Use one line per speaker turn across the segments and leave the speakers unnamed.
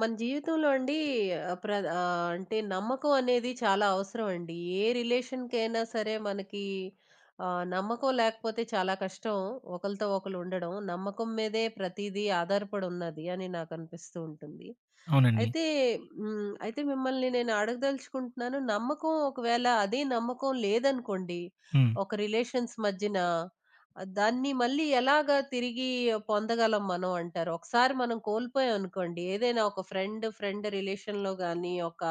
మన జీవితంలో అండి ఆహ్, ప్ర అంటే నమ్మకం అనేది చాలా అవసరం అండి. ఏ రిలేషన్‌కైనా సరే మనకి నమ్మకం లేకపోతే చాలా కష్టం. ఒకళ్ళతో ఒకళ్ళు ఉండడం. నమ్మకం మీదే ప్రతీదీ ఆధారపడి ఉన్నది అని నాకు అనిపిస్తూ ఉంటుంది.
అవునండి.
అయితే అయితే మిమ్మల్ని నేను అడగదలుచుకుంటున్నాను. నమ్మకం ఒకవేళ అదే నమ్మకం లేదనుకోండి,
హ్మ్.
ఒక రిలేషన్స్ మధ్యన దాన్ని మళ్ళీ ఎలాగా తిరిగి పొందగలం మనం అంటారు? ఒకసారి మనం కోల్పోయామనుకోండి, ఏదైనా ఒక ఫ్రెండ్ రిలేషన్‌లో గాని, ఒక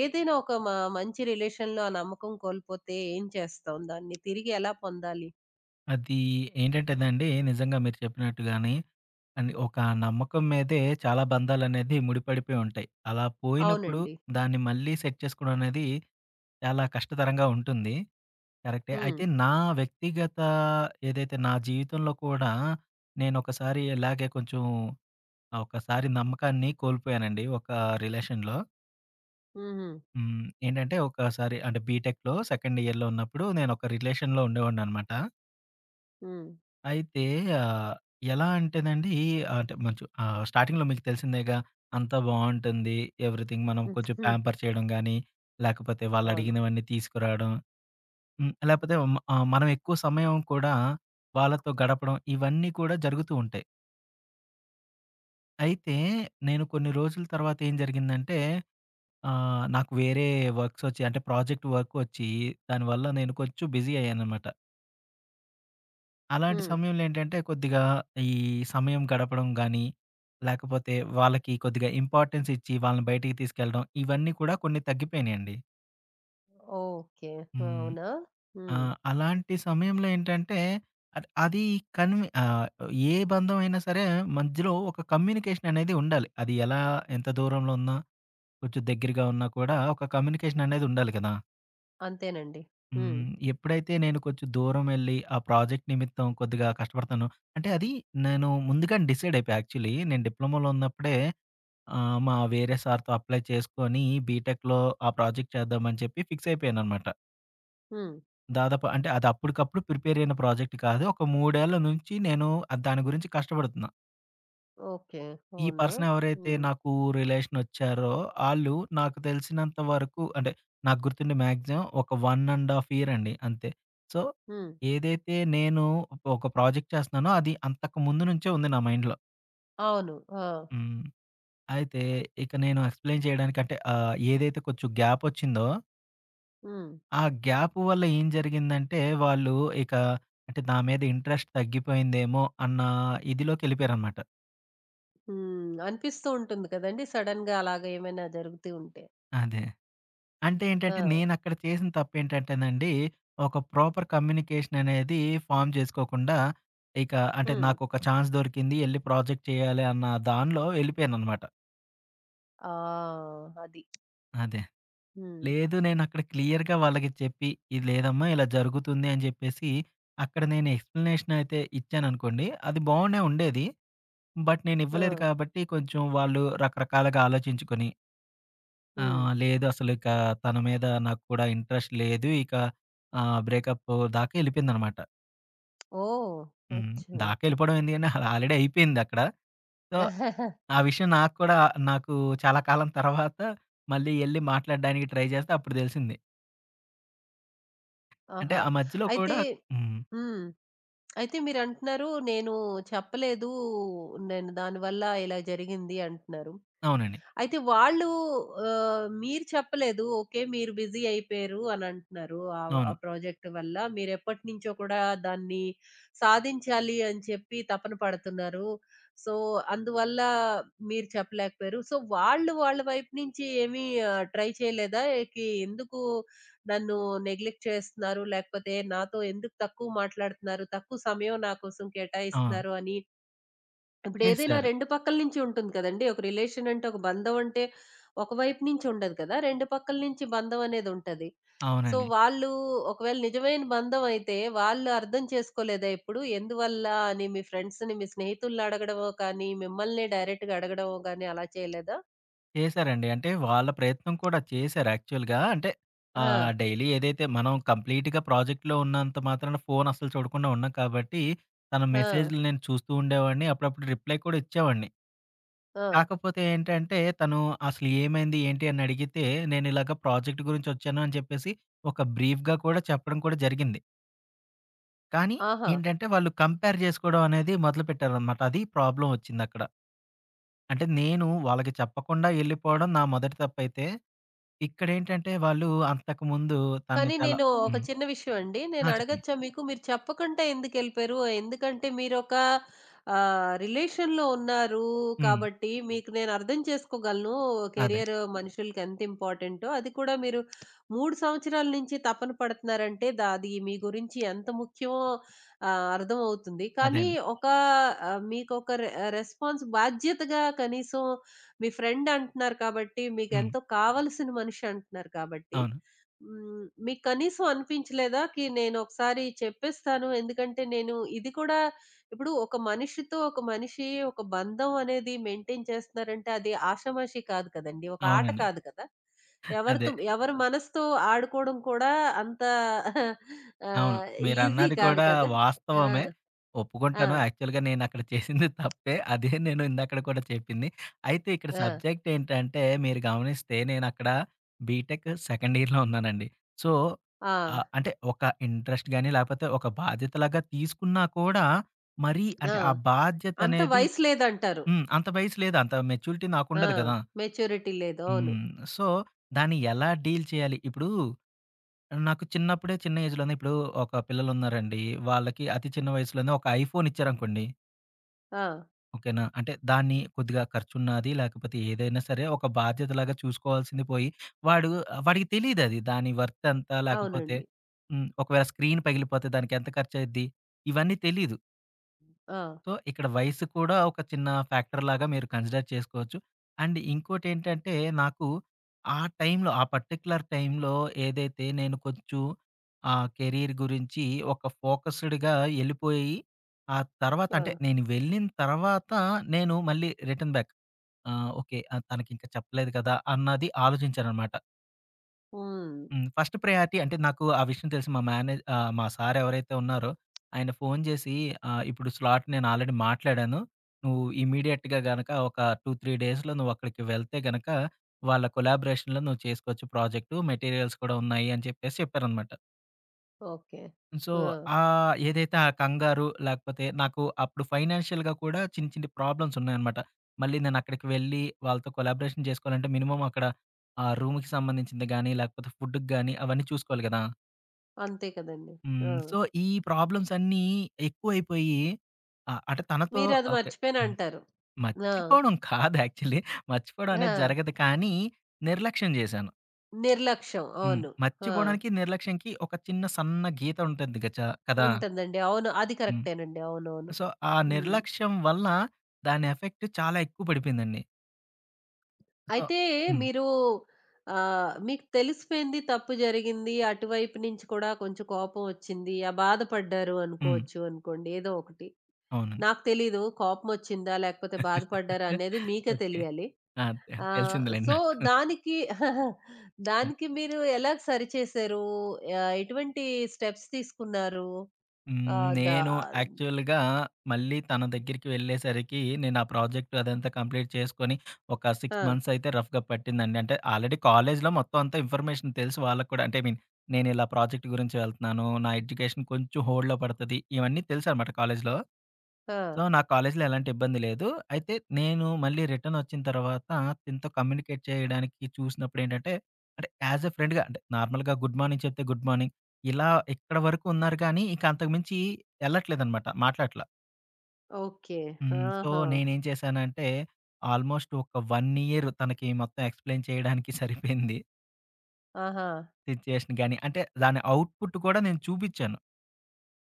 ఏదైనా ఒక మంచి రిలేషన్‌లో ఆ నమ్మకం కోల్పోతే ఏం చేస్తాం? దాన్ని తిరిగి ఎలా పొందాలి?
అది ఏంటంటేనండి, నిజంగా మీరు చెప్పినట్టుగానే అండ్ ఒక నమ్మకం మీదే చాలా బంధాలనేది ముడిపడిపోయి ఉంటాయి. అలా పోయినప్పుడు
అవునండి.
దాన్ని మళ్ళీ సెట్ చేసుకోవడం అనేది చాలా కష్టతరంగా ఉంటుంది. కరెక్టే.
హ్మ్.
అయితే నా వ్యక్తిగత ఏదైతే నా జీవితంలో కూడా నేనొకసారి ఇలాగే కొంచెం ఒకసారి నమ్మకాన్ని కోల్పోయానండి ఒక రిలేషన్‌లో.
హుహు.
హ్మ్. ఏంటంటే ఒకసారి అంటే బీటెక్‌లో సెకండ్ ఇయర్‌లో ఉన్నప్పుడు నేనొక రిలేషన్‌లో ఉండేవాడిననమాట.
హ్మ్.
అయితే ఆహ్, ఎలా అంటేనండి, అంటే మంచు స్టార్టింగ్‌లో మీకు తెలిసిందేగా! అంతా బావుంటుంది. ఎవ్రీథింగ్ మనం
హ్మ్.
కొంచెం
హ్మ్.
ప్యాంపర్ చేయడం గానీ, లేకపోతే
అవును.
వాళ్ళడిగినవన్నీ తీసుకురావడం. హ్మ్. లేకపోతే మనం ఎక్కువ సమయం కూడా వాళ్ళతో గడపడం ఇవన్నీ కూడా జరుగుతూ ఉంటాయి. అయితే నేను కొన్ని రోజుల తర్వాత ఏం జరిగిందంటే, నాకు వేరే వర్క్స్ ఒచ్చాయి. అంటే ప్రాజెక్ట్ వర్క్ ఒచ్చి దానివల్ల నేను కొంచెం బిజీ అయ్యాననమాట. అలాంటి
హ్మ్.
సమయంలో ఏంటంటే కొద్దిగా ఈ సమయం గడపడం గానీ, లేకపోతే వాళ్ళకి కొద్దిగా ఇంపార్టెన్స్ ఇచ్చి వాళ్ళని బయటికి తీసుకెళ్ళడం ఇవన్నీ కూడా కొన్ని తగ్గిపోయినియండి.
ఓకే.
హ్మ్.
అవునా?
ఆ!
హ్మ్.
అలాంటి సమయంలో ఏంటంటే అది కన్వి ఆహ్, ఏ బంధం అయినా సరే మధ్యలో ఒక కమ్యూనికేషన్ అనేది ఉండాలి. అది ఎలా ఎంత దూరంలో ఉన్నా కొంచెం దగ్గరగా ఉన్నా కూడా ఒక కమ్యూనికేషన్ అనేది ఉండాలి కదా!
అంతేనండి. హ్మ్.
హ్మ్. ఎప్పుడైతే నేను కొంచెం దూరం వెళ్లి, ఆ ప్రాజెక్ట్ నిమిత్తం కొద్దిగా కష్టపడతాను అంటే అది నేను ముందుగానే డిసైడ్ అయిపోయా యాక్చువల్లీ. నేను డిప్లొమాలో ఉన్నప్పుడే మా వేరే సార్‌తో అప్లై చేసుకొని బీటెక్‌లో ఆ ప్రాజెక్ట్ చేద్దామని చెప్పి ఫిక్స్ అయిపోయాననమాట.
హ్మ్.
దాదాపు అంటే అది అప్పటికప్పుడు ప్రిపేర్ అయిన ప్రాజెక్ట్ కాదు. ఒక 3 ఏళ్ల నుంచి నేను దాని గురించి కష్టపడుతున్నా.
ఓకే.
ఈ
అవునా?
పర్సన్ ఎవరైతే
హ్మ్.
నాకు రిలేషన్ వచ్చారో, ఆళ్ళు నాకు తెలిసినంత వరకు అంటే, నాకు గుర్తుండి మాక్సిమం ఒక 1 ½ ఇయర్ అండి అంతే. సో,
హ్మ్.
ఏదైతే నేను ఒక ప్రాజెక్ట్ చేస్తున్నానో అది అంతకు ముందు నుంచే ఉంది నా మైండ్‌లో.
అవును. ఆ!
హ్మ్. అయితే ఇక నేను ఎక్స్‌ప్లెయిన్ చేయడానికి అంటే ఏదైతే కొంచెం గ్యాప్ వచ్చిందో,
హ్మ్.
ఆ గ్యాప్ వల్ల ఏం జరిగిందంటే వాళ్ళు ఇక అంటే నా మీద ఇంట్రెస్ట్ తగ్గిపోయిందేమో అన్న ఇదిలోకెళ్ళిపోయారనమాట.
హ్మ్. అనిపిస్తూ ఉంటుంది కదండీ! సడెన్‌గా అలాగా ఏమైనా జరుగుతూ ఉంటే.
అదే. అంటే
ఆ!
ఏంటంటే, నేనక్కడ చేసిన తప్పేంటంటేనండి, ఒక ప్రాపర్ కమ్యూనికేషన్ అనేది ఫార్మ్ చేసుకోకుండా, ఇక అంటే
హ్మ్.
నాకొక ఛాన్స్ దొరికింది, ఎళ్లి ప్రాజెక్ట్ చేయాలి అన్న దానిలో ఎళ్ళిపోయాననమాట.
ఆ! అది.
అదే.
హ్మ్.
లేదు నేనక్కడ క్లియర్‌గా వాళ్ళకి చెప్పి, ఇది లేదమ్మా ఇలా జరుగుతుంది అని జెప్పేసి, అక్కడ నేను ఎక్స్‌ప్లనేషన్ అయితే ఇచ్చాననుకోండి, అది బానే ఉండేది. బట్ నేనివ్వలేదు
ఆ!
కాబట్టి కొంచెం వాళ్ళు రకరకాలుగా ఆలోచించుకొని ఆ!
హ్మ్.
లేదు అసలిక తన మీద నాకు కూడా ఇంట్రెస్ట్ లేదు. ఇక బ్రేకప్ దాకా ఎళ్ళిపోయిందనమాట.
ఓహ్!
హ్మ్.
అచ్చా!
దాకా ఎళ్ళిపోవడం ఎందుకండి, అది ఆల్రెడీ అయిపోయిందక్కడ. సో, ఆ విషయం నాకు కూడా నాకు చాలా కాలం తర్వాత మళ్ళీ ఎళ్లి మాట్లాడడానికి ట్రై చేస్తే అప్పుడు తెలిసింది. అంటే
ఆహా!
ఆ మధ్యలో
అయితే
కూడా హ్మ్.
హ్మ్. అయితే మీరంటున్నారు, నేను చెప్పలేదు. నేను దానివల్ల ఇలా జరిగింది అంటున్నారు.
అవునండి.
అయితే వాళ్ళు మీరు చెప్పలేదు. ఓకే. మీరు బిజీ అయిపోయారు అని అంటున్నారు. ఆ
అవును.
ప్రాజెక్ట్ వల్ల. మీరెప్పటినుంచో కూడా దాన్ని సాధించాలి అని చెప్పి తపన పడుతున్నారు. సో, అందువల్ల మీరు చెప్పలేకపోయారు. సో, వాళ్ళు వాళ్ళ వైపు నుంచి ఏమి ట్రై చేయలేదా? ఎందుకు నన్ను నెగ్లెక్ట్ చేస్తున్నారు? లేకపోతే నాతో ఎందుకు తక్కువ మాట్లాడుతున్నారు? తక్కువ సమయం నా కోసం
ఆ!
కేటాయిస్తున్నారు అని ఇప్పుడేదైనా
చేశారు.
2 పక్కల నుంచి ఉంటుంది కదండీ! ఒక రిలేషన్ అంటే, ఒక బంధం అంటే, ఒకవైపు నుంచి ఉండదు కదా! 2 పక్కల నుంచి బంధం అనేదుంటది. సో,
అవునండి.
వాళ్ళు ఒకవేళ నిజమైన బంధం అయితే, వాళ్ళు అర్థం చేసుకోలేదా ఎప్పుడు? ఎందువల్ల అని మీ ఫ్రెండ్స్‌ని, మీ స్నేహితుల్ని అడగడమో కానీ, మిమ్మల్ని డైరెక్ట్‌గా అడగడమో గాని అలా చేయలేదా?
చేశారండి. అంటే వాళ్ళ ప్రయత్నం కూడా చేశారు యాక్చువల్‌గా. అంటే
ఆ!
డైలీ ఏదైతే మనం కంప్లీట్‌గా ప్రాజెక్ట్‌లో ఉన్నంత మాత్రాన ఫోన్ అస్సలు చూడకుండా ఉన్నాం కాబట్టి, తన
ఆ!
మెసేజ్‌లు నేను చూస్తూ ఉండేవాడిని. అప్పుడప్పుడు రిప్లై కూడా ఇచ్చేవాడిని.
ఆ!
కాకపోతే ఏంటంటే తను అసలు ఏమైంది? ఏంటి? అని అడిగితే నేను ఇలాగ ప్రాజెక్ట్ గురించి వచ్చాను అని చెప్పేసి ఒక బ్రీఫ్‌గా కూడా చెప్పడం కూడా జరిగింది. కానీ
ఆహా!
ఏంటంటే వాళ్ళు కంపేర్ చేసుకోవడం అనేది మొదలుపెట్టారనమాట. అది ప్రాబ్లమ్ వచ్చిందక్కడ. అంటే నేను వాళ్ళకి చెప్పకుండా ఎళ్ళిపోవడం నా మొదటి తప్పైతే ఇక్కడేంటంటే వాళ్ళు అంతకుముందు తనని
కానీ
చాలా
నేను హ్మ్. ఒక
హ్మ్.
చిన్న విషయం అండి. నేను
ఆ! చెప్పండి.
అడగచ్చా మీకు? మీరు చెప్పకుండా ఎందుకెళ్ళిపోయారు? ఎందుకంటే మీరొక రిలేషన్‌లో ఉన్నారు
హ్మ్.
కాబట్టి మీకు నేను అర్థం చేసుకోగలను.
అదే.
కెరియర్ మనుషులకి ఎంత ఇంపార్టెంటో. అది కూడా మీరు 3 సంవత్సరాల నుంచి తపన పడుతున్నారంటే అది మీ గురించి ఎంత ముఖ్యమో అర్థమవుతుంది.
అదే
కానీ
అండి.
ఒక మీకొక రెస్పాన్స్ బాధ్యతగా కనీసం మీ ఫ్రెండ్ అంటున్నారు కాబట్టి,
హ్మ్.
మీకెంతో కావాల్సిన మనిషి అంటున్నారు కాబట్టి
అవును.
హ్మ్. మీకు కనీసం అనిపించలేదా? కి నేనొకసారి చెప్పేస్తాను. ఎందుకంటే నేను ఇది కూడా ఇప్పుడు ఒక మనిషితో ఒక మనిషి ఒక బంధం అనేది మెయింటైన్ చేస్తున్నారంటే అది ఆషామాషీ కాదు కదండీ! ఒక ఆట
అవునండి.
కాదు కదా!
అదే.
ఎవరితో ఎవరి అవును. మనసుతో ఆడుకోవడం కూడా అంత
అవును.
ఆహ్, ఈజీ మంచిది
మీరన్నది
కాదు
కూడా
కదా! కాదు.
వాస్తవమే.
ఆ! ఆ!
ఒప్పుకుంటాను. యాక్చువల్‌గా నేనక్కడ చేసింది తప్పే. అదే నేను ఇందాకడ కూడా చెప్పింది. అయితే ఇక్కడ
ఆ!
సబ్జెక్ట్ ఏంటంటే మీరు గమనిస్తే నేనక్కడ బీటెక్ సెకండ్ ఇయర్‌లో ఉన్నానండి. సో,
ఆ!
అంటే ఒక ఇంట్రెస్ట్ గాని, లేకపోతే ఒక బాధ్యతలాగా తీసుకున్నా కూడా మరీ
ఆ!
అంటే ఆ
అంత
బాధ్యతనేది
వయసు లేదంటారు.
హ్మ్. అంత వయసు లేదు. అంత మెచ్యూరిటీ
ఆ!
నాకుండదు కదా!
మెచ్యూరిటీ లేదు. అవును.
హ్మ్. సో, దాన్ని ఎలా డీల్ చేయాలి? ఇప్పుడు నాకు చిన్నప్పుడే చిన్న ఏజ్‌లోనే ఇప్పుడు ఒక పిల్లలున్నారండి. వాళ్ళకి అతి చిన్న వయసులోనే ఒక ఐఫోన్ ఇచ్చారనుకోండి.
ఆ!
ఓకేనా? అంటే దాన్ని కొద్దిగా ఖర్చున్నాది లేకపోతే ఏదైనా సరే ఒక బాధ్యతలాగా చూసుకోవాల్సింది పోయి, వాడు వాడికి తెలీదది. దాని వర్త్ ఎంత లేకపోతే
అవునండి.
హ్మ్. ఒకవేళ స్క్రీన్ పగిలిపోతే దానికెంత ఖర్చయిద్ది? ఇవన్నీ తెలీదు.
ఆ!
సో, ఇక్కడ వయసు కూడా ఒక చిన్న ఫ్యాక్టర్ లాగా మీరు కన్సిడర్ చేసుకోవచ్చు. అండ్ ఇంకోటేంటంటే, నాకు ఆ టైంలో, ఆ పర్టిక్యులర్ టైంలో ఏదైతే నేను కొంచెం కెరీర్ గురించి ఒక ఫోకస్‌డ్‌గా ఎళ్ళిపోయి, ఆ తర్వాత
ఆ!
అంటే నేను వెళ్ళిన తర్వాత నేను మళ్ళీ రిటర్న్ బ్యాక్. ఓకే. తనకింకా చెప్పలేదు కదా! అన్నది ఆలోచించాననమాట.
హ్మ్.
హ్మ్. ఫస్ట్ ప్రయారిటీ అంటే నాకు ఆ విషయం తెలిసి మా మేనేజ్ మా సార్ ఎవరైతే ఉన్నారో ఆయన ఫోను చేసి "ఇప్పుడు స్లాట్ నేను ఆల్రెడీ మాట్లాడాను. నువ్వు ఇమ్మీడియేట్‌గా గనక ఒక 2, 3 డేస్‌లో నువ్వు అక్కడికి వెళ్తే గనక వాళ్ళ కొలాబరేషన్‌లో నువ్వు చేసుకోవచ్చు ప్రాజెక్టు. మెటీరియల్స్ కూడా ఉన్నాయి" అని చెప్పేసి చెప్పారనమాట.
ఓకే.
సో,
ఆ!
ఏదైతే ఆ కంగారు లేకపోతే నాకు అప్పుడు ఫైనాన్షియల్‌గా కూడా చిన్ని చిన్ని ప్రాబ్లమ్స్ ఉన్నాయన్నమాట. మళ్ళీ నేను అక్కడికి వెళ్ళి వాళ్ళతో కొలాబరేషన్ చేసుకోవాలంటే మినిమమ్ అక్కడ ఆ రూమ్‌కి సంబంధించింది గాని, లేకపోతే ఫుడ్‌కి గాని అవన్నీ చూసుకోవాలి గదా!
అంతే కదండీ. ఆ!
హ్మ్. సో, ఈ ప్రాబ్లమ్స్ అన్నీ ఎక్కువైపోయి అంటే తనతో
మీరది
ఓకే. హ్మ్.
మర్చిపోయానంటారు. ఆ!
మర్చిపోవడం కాదు యాక్చువల్లీ. మర్చిపోవడం
ఆ!
అనేది జరగదు కానీ, నిర్లక్ష్యం జేశాను.
నిర్లక్ష్యం.
హ్మ్.
అవును. ఆ!
మర్చిపోవడానికి, నిర్లక్ష్యంకి ఒక చిన్న సన్న గీత ఉంటుంది గచ కదా!
ఉంటుందండి. అవును. అది
హ్మ్.
కరెక్టేనండి. అవునవును.
సో, ఆ
హ్మ్.
నిర్లక్ష్యం వల్ల దాని ఎఫెక్ట్ చాలా ఎక్కువ పడిపోయిందండి. సో
అయితే
హ్మ్.
మీరు మీకు తెలిసిపోయింది తప్పు జరిగింది. అటువైపు నుంచి కూడా కొంచెం కోపం వచ్చింది. ఆ! బాధపడ్డారు
హ్మ్.
అనుకోవచ్చు అనుకోండి. ఏదో ఒకటి.
అవునండి.
నాకు తెలీదు కోపమొచ్చిందా? లేకపోతే బాధపడ్డారా? అనేది మీకే
ఓకే.
తెలియాలి.
ఆ!
ఆ!
తెలిసిందిలెండి
సో,
నాకు.
దానికి దానికి మీరు ఎలా సరిచేశారు? ఎటువంటి స్టెప్స్ తీసుకున్నారు?
హ్మ్.
ఆహ్, దా
నేను యాక్చువల్‌గా మళ్ళీ తన దగ్గరికి వెళ్ళేసరికి నేను ఆ ప్రాజెక్ట్ అదంతా కంప్లీట్ చేసుకొని ఒక 6
ఆ!
మంత్స్ అయితే రఫ్‌గా పట్టిందండి. అంటే ఆల్రెడీ కాలేజ్‌లో మొత్తం అంతా ఇన్ఫర్మేషన్ తెలుసు వాళ్ళకి కూడా. అంటే ఐ మీన్ నేను ఇలా ప్రాజెక్ట్ గురించి వెళ్తున్నాను. నా ఎడ్యుకేషన్ కొంచెం హోల్డ్‌లో పడతది. ఇవన్నీ తెలుసనమాట కాలేజ్‌లో.
ఆ!
సో, నా కాలేజ్‌లో ఎలాంటి ఇబ్బంది లేదు. అయితే నేను మళ్ళీ రిటర్న్ వచ్చిన తర్వాత తినతో కమ్యూనికేట్ చేయడానికి చూసినప్పుడేంటంటే, అంటే యాజ్ ఎ ఫ్రెండ్‌గా అంటే నార్మల్‌గా గుడ్ మార్నింగ్ చెప్తే గుడ్ మార్నింగ్. ఇలా ఇక్కడ వరకు ఉన్నారు కానీ, ఇంక అంతకు మించి ఎళ్ళట్లేదనమాట. మాట్లాడట్లా.
ఓకే.
హ్మ్. సో,
ఆహా!
నేనేం చేశానంటే, ఆల్మోస్ట్ ఒక 1 ఇయర్ తనకి మొత్తం ఎక్స్‌ప్లెయిన్ చేయడానికి సరిపోయింది.
ఆహా!
సిట్యుయేషన్ గాని, అంటే దాని అవుట్‌పుట్ కూడా నేను చూపిచ్చాను.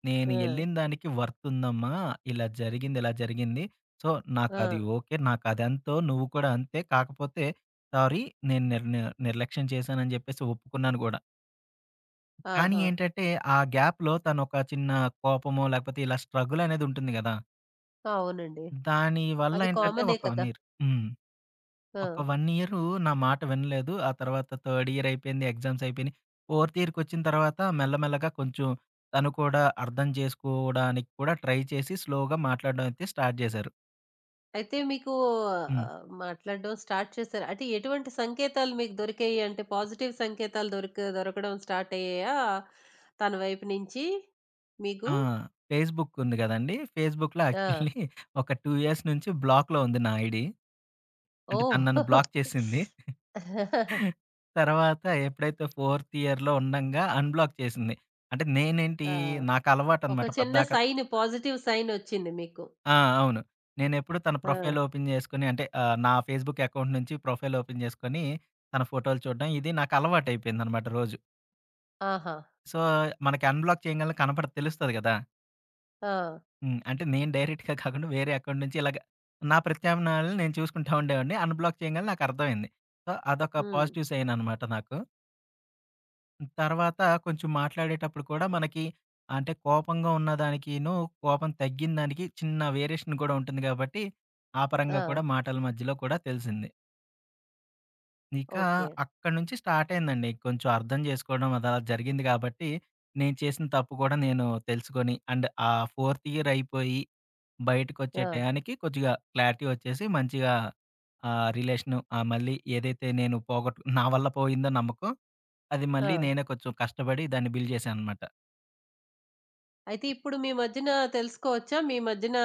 నేను
ఆ!
ఎళ్ళిన దానికి వర్తుందమ్మా! ఇలా జరిగింది, ఇలా జరిగింది. సో,
ఆ!
నాకది ఓకే. నాకదెంతో నువ్వు కూడా అంతే. కాకపోతే సారీ నేను నిర్లక్ష్యం చేశానని జెప్పేసి ఒప్పుకున్నాను గూడా. కానీ
ఆహా!
ఏంటంటే, ఆ గ్యాప్‌లో తనొక చిన్న కోపమో, లేకపోతే ఇలా స్ట్రగుల్ అనేది ఉంటుంది గదా!
అవునండి.
దాని వల్ల
అది హ్మ్.
ఏంటంటే
కామనే
ఒక
కదా!
నీరు హ్మ్. ఒక
ఆ!
1 ఇయరు నా మాట వినలేదు. ఆ తర్వాత థర్డ్ ఇయర్ అయిపోయింది. ఎగ్జామ్స్ అయిపోయినాయి. ఫోర్త్ ఇయర్‌కొచ్చిన తర్వాత మెల్లమెల్లగా కొంచెం తను కూడా అర్థం చేసుకోవడానికి కూడా ట్రై చేసి స్లోగా మాట్లాడడం అయితే స్టార్ట్ చేశారు.
అయితే మీకు
హ్మ్.
మాట్లాడడం స్టార్ట్ చేశారు. అంటే ఎటువంటి సంకేతాలు మీకు దొరికాయి? అంటే పాజిటివ్ సంకేతాలు దొరకడం స్టార్ట్ అయ్యాయా? తన వైపు నుంచి మీకు?
ఆ! ఫేస్‌బుక్ ఉంది గదండీ! ఫేస్‌బుక్‌లో
ఆ!
యాక్చువల్లీ ఒక 2 ఇయర్స్ నుంచి బ్లాక్‌లో ఉంది నా ఐడీ. అంటే తను
ఓహ్!
నన్ను బ్లాక్ చేసింది. తర్వాత ఎప్పుడైతే ఫోర్త్ ఇయర్‌లో ఉండంగా అన్‌బ్లాక్ చేసింది. అంటే నేనేంటి
ఆ!
నాకు
ఒక
అలవాటనమాట
చిన్న
పద్దాక
సైన్ పాజిటివ్ సైన్ ఒచ్చింది మీకు.
ఆ! అవును. నేనెప్పుడు తన
ఆ!
ప్రొఫైల్ ఓపెన్ చేసుకొని అంటే నా ఫేస్‌బుక్ అకౌంట్ నుంచి ప్రొఫైల్ ఓపెన్ చేసుకొని, తన ఫోటోలు చూడడం ఇది నాకు అలవాటయిపోయిందనమాట రోజు.
ఆహా!
సో, మనకి అన్‌బ్లాక్ చేయంగాల్నే కనపడ తెలుస్తది కదా!
ఆ!
హ్మ్. అంటే నేను డైరెక్ట్‌గా కాకుండా వేరే అకౌంట్ నుంచి ఇలాగ నా ప్రత్యామ్నాయాలను నేను చూసుకుంటా ఉండేవాడిని. అన్‌బ్లాక్ చేయంగాల్నే నాకర్థమైంది. సో, అదొక
హ్మ్.
పాజిటివ్ సైన్ అనమాట నాకు. తర్వాత కొంచెం మాట్లాడేటప్పుడు కూడా మనకి అంటే కోపంగా ఉన్నదానికిను, కోపం తగ్గిన దానికి చిన్న వేరియేషన్ కూడా ఉంటుంది గాబట్టి, ఆ పరంగా కూడా
ఆ!
మాటల మధ్యలో కూడా తెలిసింది. ఇక
ఓకే.
అక్కడి నుంచి స్టార్ట్ అయిందండి. కొంచెం అర్థం చేసుకోవడం అదలా జరిగింది గాబట్టి, నేను చేసిన తప్పు కూడా నేను తెలుసుకొని అండ్ ఆ ఫోర్త్ ఇయర్ అయిపోయి బయటకొచ్చే
ఆ!
టయానికి కొద్దిగా క్లారిటీ వచ్చేసి మంచిగా ఆ రిలేషను మళ్ళీ ఏదైతే నేను పోగొట్టు నా వల్ల పోయిందో నమ్మకం అది
ఆ!
మళ్ళీ నేనే కొంచెం కష్టపడి దాన్ని బిల్డ్ చేశాననమాట.
అయితే ఇప్పుడు మీ మధ్యన తెలుసుకోవచ్చా? మీ మధ్యన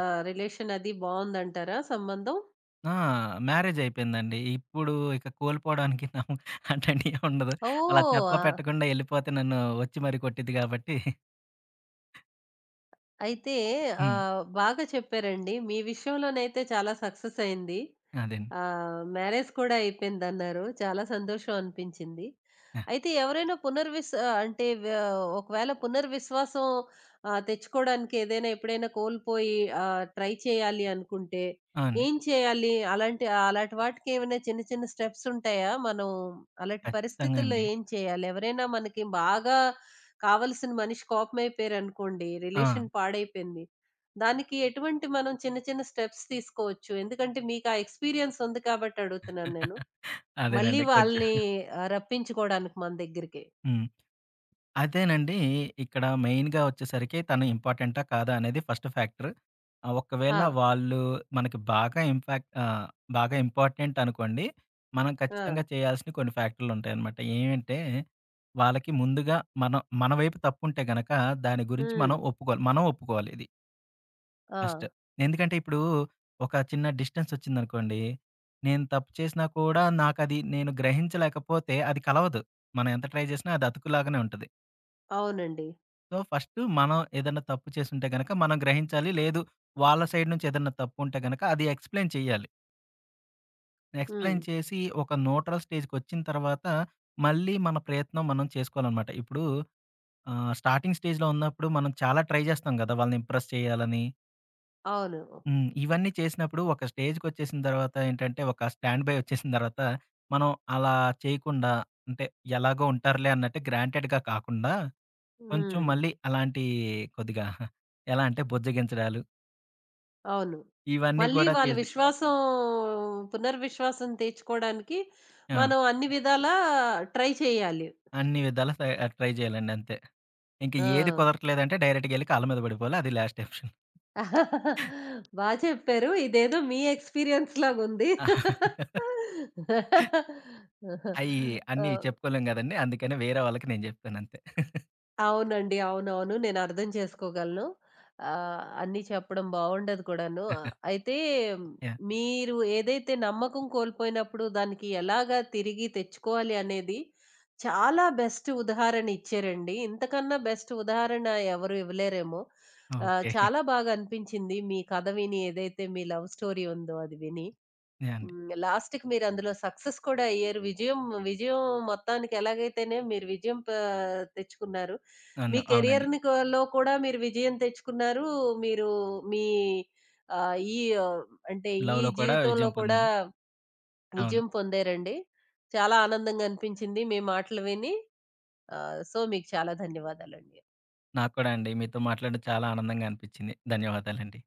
రిలేషన్ అది బావుందంటారా సంబంధం?
ఆ! మ్యారేజ్ అయిపోయిందండి. ఇప్పుడు ఇక కోల్పోవడానికి నా అట్లాంటివి ఏం ఉండదు. అలా
ఓహ్!
చెప్పా
ఆ!
పెట్టకుండా ఎళ్ళిపోతే నన్ను వచ్చి మరి కొట్టిద్ది కాబట్టి
అయితే
హ్మ్.
బాగా చెప్పారండి. మీ విషయంలోనైతే చాలా సక్సెస్ అయింది.
అదే అండి.
మ్యారేజ్ కూడా అయిపోయిందన్నారు. చాలా సంతోషం అనిపించింది.
ఆ!
అయితే ఎవరైనా పునర్విస్ ఆహ్, అంటే వ్య ఒకవేళ పునర్విశ్వాసం తెచ్చుకోవడానికి ఏదైనా ఎప్పుడైనా కోల్పోయి ట్రై చేయాలి అనుకుంటే
అవునండి.
ఏం చేయాలి? అలాంటి అలాంటి వాటికి ఏమైనా చిన్న చిన్న స్టెప్స్ ఉంటాయా? మనం అలాంటి
ఖచ్చితంగా
పరిస్థితుల్లో
అండి.
ఏం చేయాలి? ఎవరైనా మనకి బాగా కావలసిన మనిషి కోపమైపోయారనుకోండి,
ఆ!
రిలేషన్ పాడైపోయింది. దానికి ఎటువంటి మనం చిన్న చిన్న స్టెప్స్ తీసుకోవచ్చు. ఎందుకంటే మీకా ఎక్స్‌పీరియన్స్ ఉంది కాబట్టి అడుగుతున్నాను నేను. మళ్ళీ
అదేనండి కొంచెం.
వాళ్ళని రప్పించుకోవడానికి మన దగ్గరికి.
హ్మ్. అదేనండి. ఇక్కడ మెయిన్‌గా వచ్చేసరికి తను ఇంపార్టెంటా? కాదా? అనేది ఫస్ట్ ఫ్యాక్టర్.
ఆ!
ఒకవేళ వాళ్ళు మనకి బాగా ఇంపాక్ట్ బాగా ఇంపార్టెంట్ అనుకోండి. మనం ఖచ్చితంగా
ఆ!
చేయాల్సిన కొన్ని ఫ్యాక్టర్‌లుంటాయనమాట. ఏమంటే, వాళ్ళకి ముందుగా మనం మన వైపు తప్పుంటే గనక దాని గురించి
హ్మ్.
మనం ఒప్పుకోవాలి. మనం ఒప్పుకోవాలి ఇది
ఆ!
ఫస్ట్. ఎందుకంటే, ఇప్పుడు ఒక చిన్న డిస్టెన్సొచ్చిందనుకోండి. నేను తప్పు చేసినా కూడా నాకది నేను గ్రహించలేకపోతే అది కలవదు. మనం ఎంత ట్రై చేసినా అది అతుకులాగానే ఉంటది.
అవునండి.
సో, ఫస్టు మనం ఏదన్నా తప్పు చేసుంటే గనక మనం గ్రహించాలి. లేదు వాళ్ళ సైడ్ నుంచి ఏదన్నా తప్పుంటే గనక అది ఎక్స్‌ప్లెయిన్ చేయాలి.
హ్మ్.
ఎక్స్‌ప్లెయిన్ చేసి ఒక న్యూట్రల్ స్టేజ్‌కొచ్చిన తర్వాత మళ్ళీ మన ప్రయత్నం మనం చేసుకోవాలనమాట. ఇప్పుడు స్టార్టింగ్ స్టేజ్‌లో ఉన్నప్పుడు మనం చాలా ట్రై చేస్తాం గదా! వాళ్ళని ఇంప్రెస్ చేయాలని.
అవును.
హ్మ్. ఇవన్నీ చేసినప్పుడు ఒక స్టేజ్‌కొచ్చేసిన తర్వాత ఏంటంటే ఒక స్టాండ్ బై వచ్చేసిన తర్వాత మనం అలా చేయకుండా అంటే ఎలాగో ఉంటారులే అన్నట్టు గ్రాంటెడ్‌గా కాకుండా కొంచెం
హ్మ్.
మళ్ళీ అలాంటి కొద్దిగా ఎలా అంటే బుజ్జగించడాలు,
అవును.
ఇవన్నీ
మళ్ళీ
కూడా
వాళ్ళ
చేసి
విశ్వాసం పునర్విశ్వాసం తెచ్చుకోవడానికి
ఆ!
మనం అన్ని విధాలా ట్రై చేయాలి.
అన్ని విధాలా ట్రై చేయాలండి అంతే. ఇంక ఏది
ఆ!
కుదరట్లేదంటే డైరెక్ట్‌గెళ్లి కాళ్ళ మీద పడిపోవాలి. అది లాస్ట్ ఆప్షన్.
బా చెప్పారు. ఇదేదో మీ ఎక్స్‌పీరియన్స్ లాగుంది.
అయి అన్నీ
ఆ!
చెప్పుకోలేం గదండీ! అందుకని వేరే వాళ్ళకి నేను జెప్పాను అంతే.
అవునండి. అవునవును. నేనర్థం చేసుకోగలను. అన్నీ చెప్పడం బావుండదు కూడాను. ఆహ్, అయితే మ్,
యాహ్!
మీరు ఏదైతే నమ్మకం కోల్పోయినప్పుడు దానికి ఎలాగా తిరిగి తెచ్చుకోవాలి అనేది చాలా బెస్ట్ ఉదాహరణ ఇచ్చారండి. ఇంతకన్నా బెస్ట్ ఉదాహరణ ఎవరు ఇవ్వలేరేమో.
ఓకే.
చాలా బాగా అనిపించింది మీ కథ విని ఏదైతే మీ లవ్ స్టోరీ ఉందో అది విని.
యాహ్! అండి.
హ్మ్. లాస్ట్‌కి మీరందులో సక్సెస్ కూడా అయ్యారు. విజయం విజయం మొత్తానికి ఎలాగైతేనే మీరు విజయం తెచ్చుకున్నారు. మీ
అవును. అవునండి.
కెరియర్‌ని కూ లో కూడా మీరు విజయం తెచ్చుకున్నారు. మీరు మీ ఆహ్, ఈ ఆహ్, అంటే ఈ
లవ్‌లో కూడా
జీవితంలో
విజయం
కూడా
పొందాను. అవును.
విజయం పొందారండి. చాలా ఆనందంగా అనిపించింది మీ మాటలు విని. సో, మీకు చాలా ధన్యవాదాలండి.
నాకు కూడా అండి. మీతో మాట్లాడడం చాలా ఆనందంగా అనిపించింది. ధన్యవాదాలండి.